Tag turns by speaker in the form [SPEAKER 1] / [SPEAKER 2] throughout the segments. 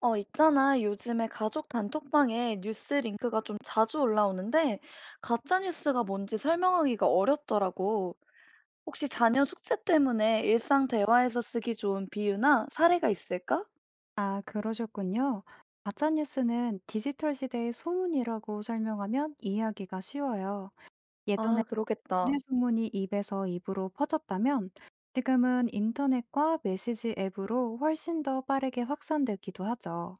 [SPEAKER 1] 어, 있잖아. 요즘에 가족 단톡방에 뉴스 링크가 좀 자주 올라오는데, 가짜뉴스가 뭔지 설명하기가 어렵더라고. 혹시 자녀 숙제 때문에 일상 대화에서 쓰기 좋은 비유나 사례가 있을까?
[SPEAKER 2] 아, 그러셨군요. 가짜뉴스는 디지털 시대의 소문이라고 설명하면 이해하기가 쉬워요. 예전에
[SPEAKER 1] 아, 그러겠다.
[SPEAKER 2] 동네 소문이 입에서 입으로 퍼졌다면 지금은 인터넷과 메시지 앱으로 훨씬 더 빠르게 확산되기도 하죠.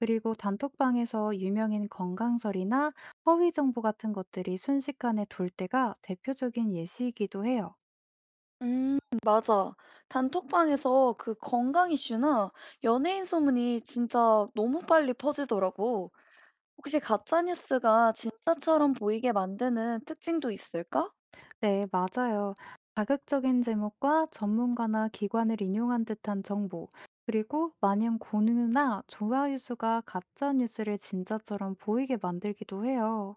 [SPEAKER 2] 그리고 단톡방에서 유명인 건강설이나 허위 정보 같은 것들이 순식간에 돌 때가 대표적인 예시이기도 해요.
[SPEAKER 1] 음, 맞아. 단톡방에서 그 건강 이슈나 연예인 소문이 진짜 너무 빨리 퍼지더라고. 혹시 가짜뉴스가 진짜처럼 보이게 만드는 특징도 있을까?
[SPEAKER 2] 네, 맞아요. 자극적인 제목과 전문가나 기관을 인용한 듯한 정보, 그리고 마냥 공유나 좋아요 수가 가짜 뉴스를 진짜처럼 보이게 만들기도 해요.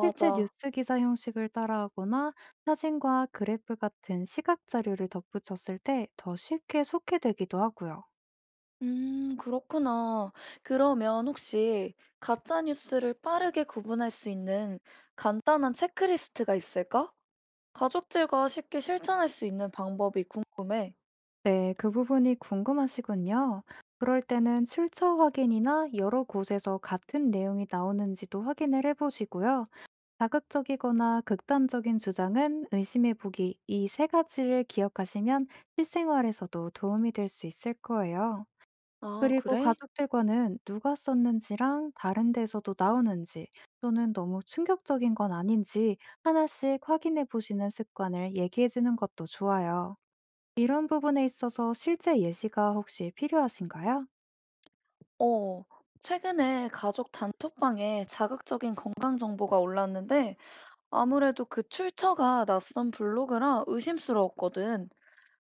[SPEAKER 2] 실제 뉴스 기사 형식을 따라하거나 사진과 그래프 같은 시각 자료를 덧붙였을 때 더 쉽게 속게 되기도 하고요.
[SPEAKER 1] 그렇구나. 그러면 혹시 가짜 뉴스를 빠르게 구분할 수 있는 간단한 체크리스트가 있을까? 가족들과 쉽게 실천할 수 있는 방법이 궁금해.
[SPEAKER 2] 네, 그 부분이 궁금하시군요. 그럴 때는 출처 확인이나 여러 곳에서 같은 내용이 나오는지도 확인을 해보시고요. 자극적이거나 극단적인 주장은 의심해 보기 이 세 가지를 기억하시면 실생활에서도 도움이 될 수 있을 거예요.
[SPEAKER 1] 아,
[SPEAKER 2] 그리고
[SPEAKER 1] 그래?
[SPEAKER 2] 가족들과는 누가 썼는지랑 다른 데서도 나오는지 또는 너무 충격적인 건 아닌지 하나씩 확인해 보시는 습관을 얘기해 주는 것도 좋아요. 이런 부분에 있어서 실제 예시가 혹시 필요하신가요?
[SPEAKER 1] 어, 최근에 가족 단톡방에 자극적인 건강 정보가 올랐는데 아무래도 그 출처가 낯선 블로그라 의심스러웠거든.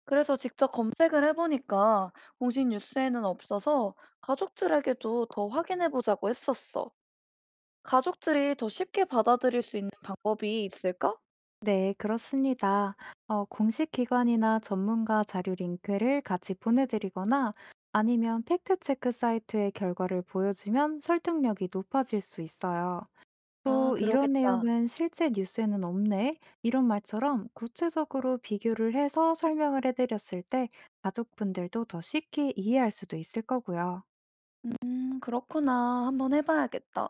[SPEAKER 1] 그래서 직접 검색을 해보니까 공식 뉴스에는 없어서 가족들에게도 더 확인해보자고 했었어. 가족들이 더 쉽게 받아들일 수 있는 방법이 있을까?
[SPEAKER 2] 네, 그렇습니다. 공식 기관이나 전문가 자료 링크를 같이 보내드리거나 아니면 팩트체크 사이트의 결과를 보여주면 설득력이 높아질 수 있어요.
[SPEAKER 1] 아,
[SPEAKER 2] 또 이런
[SPEAKER 1] 그러겠다.
[SPEAKER 2] 내용은 실제 뉴스에는 없네. 이런 말처럼 구체적으로 비교를 해서 설명을 해드렸을 때 가족분들도 더 쉽게 이해할 수도 있을 거고요.
[SPEAKER 1] 그렇구나. 한번 해봐야겠다.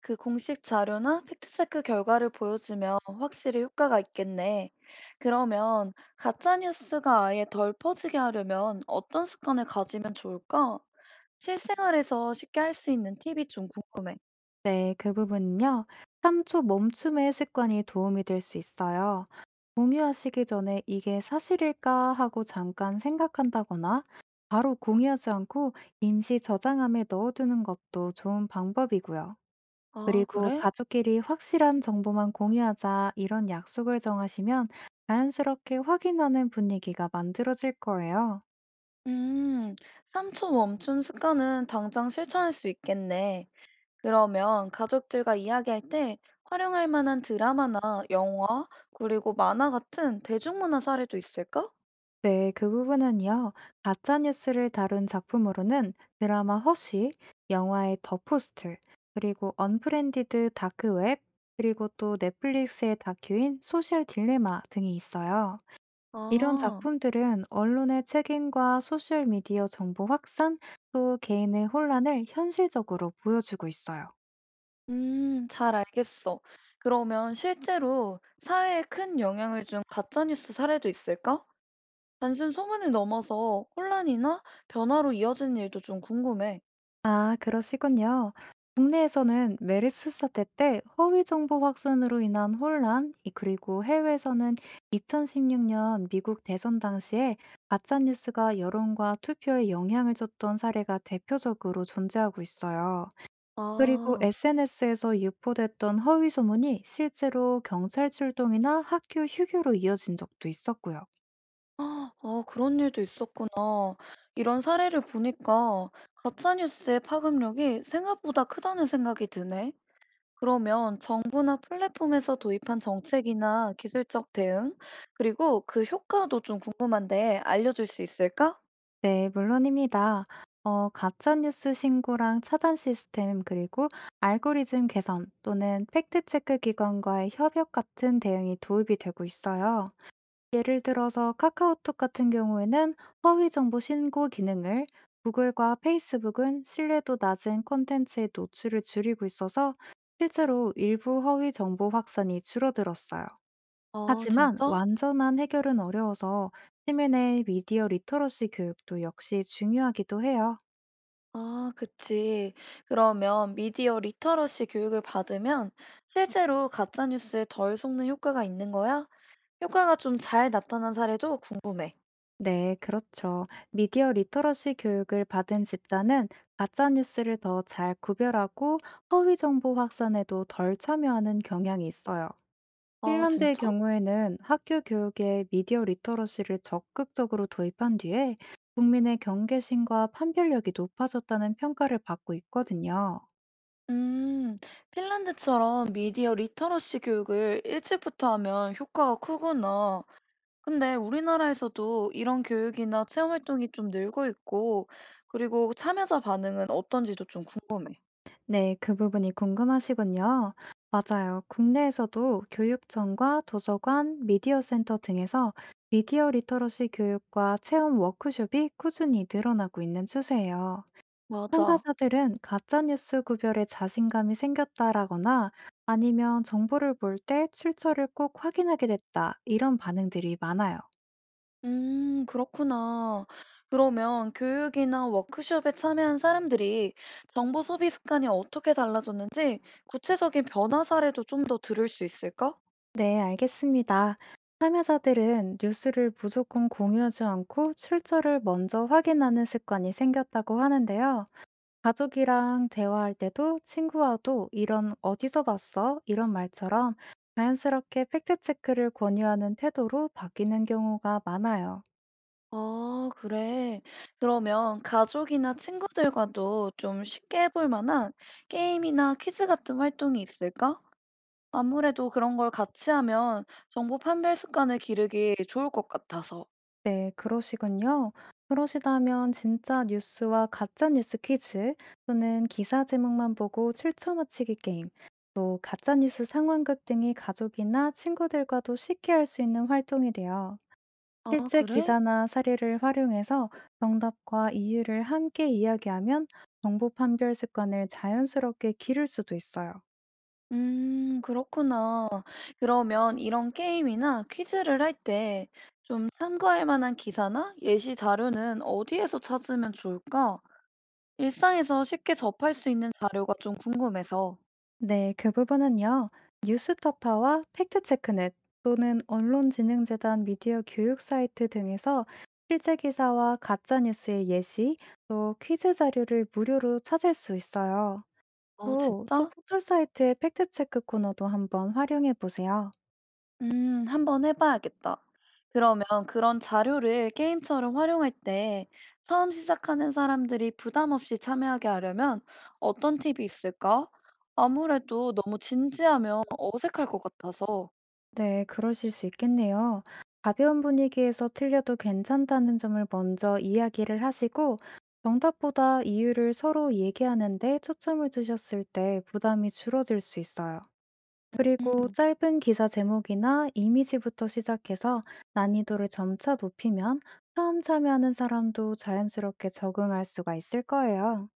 [SPEAKER 1] 그 공식 자료나 팩트체크 결과를 보여주면 확실히 효과가 있겠네. 그러면 가짜뉴스가 아예 덜 퍼지게 하려면 어떤 습관을 가지면 좋을까? 실생활에서 쉽게 할 수 있는 팁이 좀 궁금해.
[SPEAKER 2] 네, 그 부분은요. 3초 멈춤의 습관이 도움이 될 수 있어요. 공유하시기 전에 '이게 사실일까?' 하고 잠깐 생각한다거나 바로 공유하지 않고 임시 저장함에 넣어두는 것도 좋은 방법이고요.
[SPEAKER 1] 아,
[SPEAKER 2] 그리고
[SPEAKER 1] 그래?
[SPEAKER 2] "가족끼리 확실한 정보만 공유하자." 이런 약속을 정하시면 자연스럽게 확인하는 분위기가 만들어질 거예요.
[SPEAKER 1] 음, 3초 멈춤 습관은 당장 실천할 수 있겠네. 그러면 가족들과 이야기할 때 활용할 만한 드라마나 영화, 그리고 만화 같은 대중문화 사례도 있을까?
[SPEAKER 2] 네, 그 부분은요. 가짜 뉴스를 다룬 작품으로는 드라마 허쉬, 영화의 더 포스트, 그리고 언프렌디드 다크웹, 그리고 또 넷플릭스의 다큐인 소셜 딜레마 등이 있어요. 이런
[SPEAKER 1] 아,
[SPEAKER 2] 작품들은 언론의 책임과 소셜 미디어 정보 확산, 또 개인의 혼란을 현실적으로 보여주고 있어요.
[SPEAKER 1] 잘 알겠어. 그러면 실제로 사회에 큰 영향을 준 가짜뉴스 사례도 있을까? 단순 소문을 넘어서 혼란이나 변화로 이어진 일도 좀 궁금해.
[SPEAKER 2] 아, 그러시군요. 국내에서는 메르스 사태 때 허위 정보 확산으로 인한 혼란, 그리고 해외에서는 2016년 미국 대선 당시에 가짜 뉴스가 여론과 투표에 영향을 줬던 사례가 대표적으로 존재하고 있어요. 그리고
[SPEAKER 1] 아,
[SPEAKER 2] SNS에서 유포됐던 허위 소문이 실제로 경찰 출동이나 학교 휴교로 이어진 적도 있었고요.
[SPEAKER 1] 아, 아, 그런 일도 있었구나. 이런 사례를 보니까 가짜뉴스의 파급력이 생각보다 크다는 생각이 드네. 그러면 정부나 플랫폼에서 도입한 정책이나 기술적 대응, 그리고 그 효과도 좀 궁금한데 알려줄 수 있을까?
[SPEAKER 2] 네, 물론입니다. 가짜뉴스 신고랑 차단 시스템, 그리고 알고리즘 개선 또는 팩트체크 기관과의 협력 같은 대응이 도입이 되고 있어요. 예를 들어서 카카오톡 같은 경우에는 허위 정보 신고 기능을, 구글과 페이스북은 신뢰도 낮은 콘텐츠의 노출을 줄이고 있어서 실제로 일부 허위 정보 확산이 줄어들었어요.
[SPEAKER 1] 아,
[SPEAKER 2] 하지만
[SPEAKER 1] 진짜?
[SPEAKER 2] 완전한 해결은 어려워서 시민의 미디어 리터러시 교육도 역시 중요하기도 해요.
[SPEAKER 1] 아, 그치. 그러면 미디어 리터러시 교육을 받으면 실제로 가짜뉴스에 덜 속는 효과가 있는 거야? 효과가 좀 잘 나타난 사례도 궁금해.
[SPEAKER 2] 네, 그렇죠. 미디어 리터러시 교육을 받은 집단은 가짜뉴스를 더 잘 구별하고 허위 정보 확산에도 덜 참여하는 경향이 있어요.
[SPEAKER 1] 아,
[SPEAKER 2] 핀란드의
[SPEAKER 1] 진짜?
[SPEAKER 2] 경우에는 학교 교육에 미디어 리터러시를 적극적으로 도입한 뒤에 국민의 경계심과 판별력이 높아졌다는 평가를 받고 있거든요.
[SPEAKER 1] 음, 핀란드처럼 미디어 리터러시 교육을 일찍부터 하면 효과가 크구나. 근데 우리나라에서도 이런 교육이나 체험 활동이 좀 늘고 있고, 그리고 참여자 반응은 어떤지도 좀 궁금해.
[SPEAKER 2] 네, 그 부분이 궁금하시군요. 맞아요. 국내에서도 교육청과 도서관, 미디어 센터 등에서 미디어 리터러시 교육과 체험 워크숍이 꾸준히 늘어나고 있는 추세예요.
[SPEAKER 1] 맞아.
[SPEAKER 2] 참가자들은 가짜뉴스 구별에 자신감이 생겼다라거나 아니면 정보를 볼 때 출처를 꼭 확인하게 됐다, 이런 반응들이 많아요.
[SPEAKER 1] 그렇구나. 그러면 교육이나 워크숍에 참여한 사람들이 정보 소비 습관이 어떻게 달라졌는지 구체적인 변화 사례도 좀 더 들을 수 있을까?
[SPEAKER 2] 네, 알겠습니다. 참여자들은 뉴스를 무조건 공유하지 않고 출처를 먼저 확인하는 습관이 생겼다고 하는데요. 가족이랑 대화할 때도 친구와도 이런 어디서 봤어? 이런 말처럼 자연스럽게 팩트체크를 권유하는 태도로 바뀌는 경우가 많아요.
[SPEAKER 1] 아, 그래. 그러면 가족이나 친구들과도 좀 쉽게 해볼 만한 게임이나 퀴즈 같은 활동이 있을까? 아무래도 그런 걸 같이 하면 정보 판별 습관을 기르기 좋을 것 같아서.
[SPEAKER 2] 네, 그러시군요. 그러시다면 진짜 뉴스와 가짜 뉴스 퀴즈 또는 기사 제목만 보고 출처 맞히기 게임, 또 가짜 뉴스 상황극 등이 가족이나 친구들과도 쉽게 할 수 있는 활동이 돼요.
[SPEAKER 1] 아,
[SPEAKER 2] 실제
[SPEAKER 1] 그래?
[SPEAKER 2] 기사나 사례를 활용해서 정답과 이유를 함께 이야기하면 정보 판별 습관을 자연스럽게 기를 수도 있어요.
[SPEAKER 1] 그렇구나. 그러면 이런 게임이나 퀴즈를 할 때 좀 참고할 만한 기사나 예시 자료는 어디에서 찾으면 좋을까? 일상에서 쉽게 접할 수 있는 자료가 좀 궁금해서.
[SPEAKER 2] 네, 그 부분은요. 뉴스타파와 팩트체크넷 또는 언론진흥재단 미디어 교육 사이트 등에서 실제 기사와 가짜 뉴스의 예시 또 퀴즈 자료를 무료로 찾을 수 있어요.
[SPEAKER 1] 어,
[SPEAKER 2] 또
[SPEAKER 1] 진짜?
[SPEAKER 2] 포털 사이트의 팩트체크 코너도 한번 활용해 보세요.
[SPEAKER 1] 한번 해봐야겠다. 그러면 그런 자료를 게임처럼 활용할 때 처음 시작하는 사람들이 부담 없이 참여하게 하려면 어떤 팁이 있을까? 아무래도 너무 진지하면 어색할 것 같아서.
[SPEAKER 2] 네, 그러실 수 있겠네요. 가벼운 분위기에서 틀려도 괜찮다는 점을 먼저 이야기를 하시고, 정답보다 이유를 서로 얘기하는데 초점을 두셨을 때 부담이 줄어들 수 있어요. 그리고 짧은 기사 제목이나 이미지부터 시작해서 난이도를 점차 높이면 처음 참여하는 사람도 자연스럽게 적응할 수가 있을 거예요.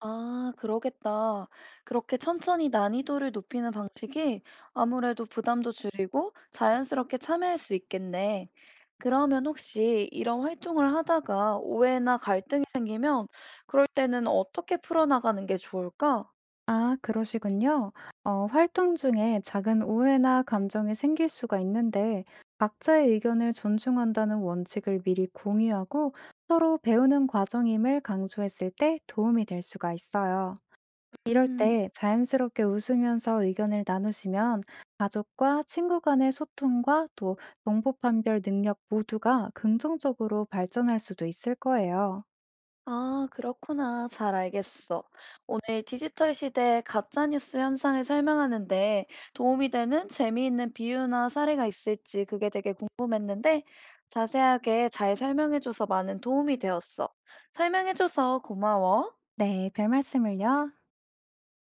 [SPEAKER 1] 아, 그러겠다. 그렇게 천천히 난이도를 높이는 방식이 아무래도 부담도 줄이고 자연스럽게 참여할 수 있겠네. 그러면 혹시 이런 활동을 하다가 오해나 갈등이 생기면 그럴 때는 어떻게 풀어나가는 게 좋을까?
[SPEAKER 2] 아, 그러시군요. 활동 중에 작은 오해나 감정이 생길 수가 있는데, 각자의 의견을 존중한다는 원칙을 미리 공유하고 서로 배우는 과정임을 강조했을 때 도움이 될 수가 있어요. 이럴
[SPEAKER 1] 음.
[SPEAKER 2] 때 자연스럽게 웃으면서 의견을 나누시면 가족과 친구 간의 소통과 또 정보 판별 능력 모두가 긍정적으로 발전할 수도 있을 거예요.
[SPEAKER 1] 아, 그렇구나. 잘 알겠어. 오늘 디지털 시대의 가짜뉴스 현상을 설명하는데 도움이 되는 재미있는 비유나 사례가 있을지 그게 되게 궁금했는데 자세하게 잘 설명해줘서 많은 도움이 되었어. 설명해줘서 고마워.
[SPEAKER 2] 네, 별 말씀을요.